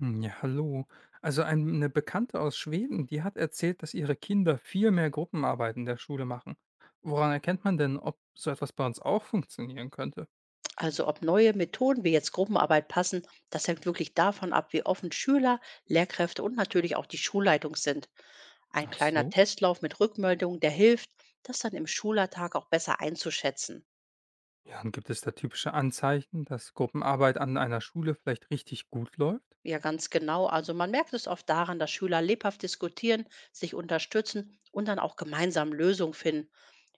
Hm, ja, hallo. Eine Bekannte aus Schweden, die hat erzählt, dass ihre Kinder viel mehr Gruppenarbeiten in der Schule machen. Woran erkennt man denn, ob so etwas bei uns auch funktionieren könnte? Also ob neue Methoden wie jetzt Gruppenarbeit passen, das hängt wirklich davon ab, wie offen Schüler, Lehrkräfte und natürlich auch die Schulleitung sind. Ein Ach kleiner so. Testlauf mit Rückmeldungen, der hilft, das dann im Schulalltag auch besser einzuschätzen. Ja, und gibt es da typische Anzeichen, dass Gruppenarbeit an einer Schule vielleicht richtig gut läuft? Ja, ganz genau. Also man merkt es oft daran, dass Schüler lebhaft diskutieren, sich unterstützen und dann auch gemeinsam Lösungen finden.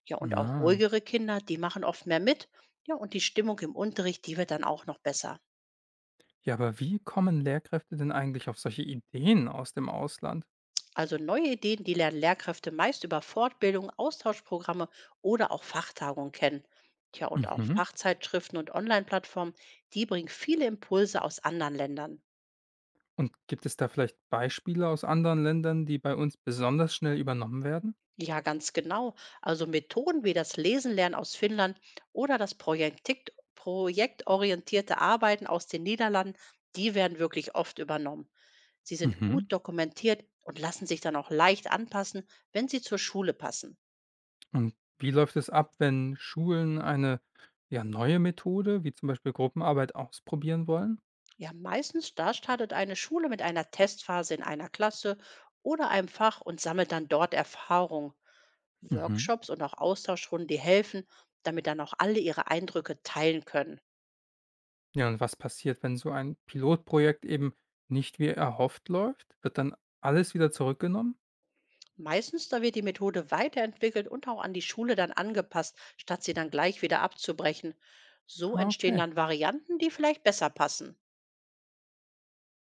Ja, und auch Na. ruhigere Kinder, die machen oft mehr mit. Ja, und die Stimmung im Unterricht, die wird dann auch noch besser. Ja, aber wie kommen Lehrkräfte denn eigentlich auf solche Ideen aus dem Ausland? Also neue Ideen, die lernen Lehrkräfte meist über Fortbildung, Austauschprogramme oder auch Fachtagungen kennen. Tja, und auch Mhm. Fachzeitschriften und Online-Plattformen, die bringen viele Impulse aus anderen Ländern. Und gibt es da vielleicht Beispiele aus anderen Ländern, die bei uns besonders schnell übernommen werden? Ja, ganz genau. Also Methoden wie das Lesenlernen aus Finnland oder das projektorientierte Arbeiten aus den Niederlanden, die werden wirklich oft übernommen. Sie sind Mhm. gut dokumentiert und lassen sich dann auch leicht anpassen, wenn sie zur Schule passen. Und wie läuft es ab, wenn Schulen eine, ja, neue Methode, wie zum Beispiel Gruppenarbeit, ausprobieren wollen? Ja, meistens da startet eine Schule mit einer Testphase in einer Klasse oder einem Fach und sammelt dann dort Erfahrung. Mhm. Workshops und auch Austauschrunden, die helfen, damit dann auch alle ihre Eindrücke teilen können. Ja, und was passiert, wenn so ein Pilotprojekt eben nicht wie erhofft läuft? Wird dann alles wieder zurückgenommen? Meistens da wird die Methode weiterentwickelt und auch an die Schule dann angepasst, statt sie dann gleich wieder abzubrechen. So Ah, entstehen okay. dann Varianten, die vielleicht besser passen.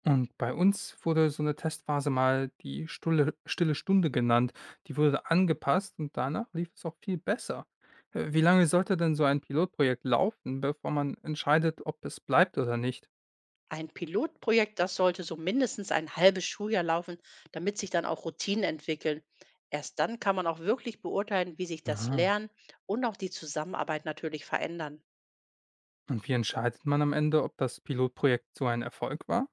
Und bei uns wurde so eine Testphase mal die stille Stunde genannt. Die wurde angepasst und danach lief es auch viel besser. Wie lange sollte denn so ein Pilotprojekt laufen, bevor man entscheidet, ob es bleibt oder nicht? Ein Pilotprojekt, das sollte so mindestens ein halbes Schuljahr laufen, damit sich dann auch Routinen entwickeln. Erst dann kann man auch wirklich beurteilen, wie sich das Lernen und auch die Zusammenarbeit natürlich verändern. Und wie entscheidet man am Ende, ob das Pilotprojekt so ein Erfolg war?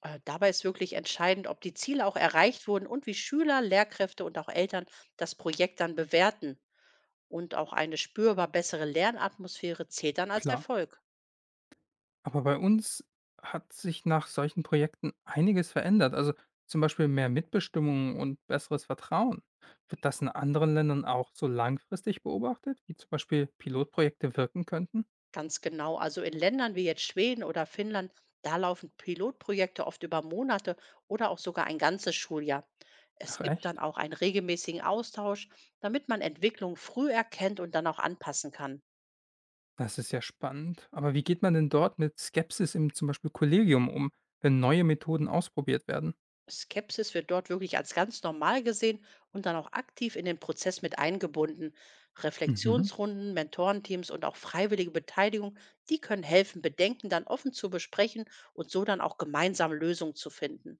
Dabei ist wirklich entscheidend, ob die Ziele auch erreicht wurden und wie Schüler, Lehrkräfte und auch Eltern das Projekt dann bewerten. Und auch eine spürbar bessere Lernatmosphäre zählt dann als Klar. Erfolg. Aber bei uns hat sich nach solchen Projekten einiges verändert. Also zum Beispiel mehr Mitbestimmung und besseres Vertrauen. Wird das in anderen Ländern auch so langfristig beobachtet, wie zum Beispiel Pilotprojekte wirken könnten? Ganz genau. Also in Ländern wie jetzt Schweden oder Finnland, da laufen Pilotprojekte oft über Monate oder auch sogar ein ganzes Schuljahr. Ach Es gibt dann echt? auch einen regelmäßigen Austausch, damit man Entwicklung früh erkennt und dann auch anpassen kann. Das ist ja spannend. Aber wie geht man denn dort mit Skepsis im zum Beispiel Kollegium um, wenn neue Methoden ausprobiert werden? Skepsis wird dort wirklich als ganz normal gesehen und dann auch aktiv in den Prozess mit eingebunden. Mhm. Reflexionsrunden, Mentorenteams und auch freiwillige Beteiligung, die können helfen, Bedenken dann offen zu besprechen und so dann auch gemeinsam Lösungen zu finden.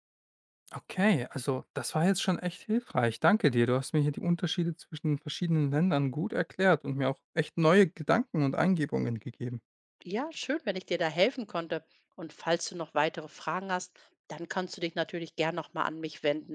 Okay, also das war jetzt schon echt hilfreich. Danke dir. Du hast mir hier die Unterschiede zwischen verschiedenen Ländern gut erklärt und mir auch echt neue Gedanken und Eingebungen gegeben. Ja, schön, wenn ich dir da helfen konnte. Und falls du noch weitere Fragen hast, dann kannst du dich natürlich gern nochmal an mich wenden.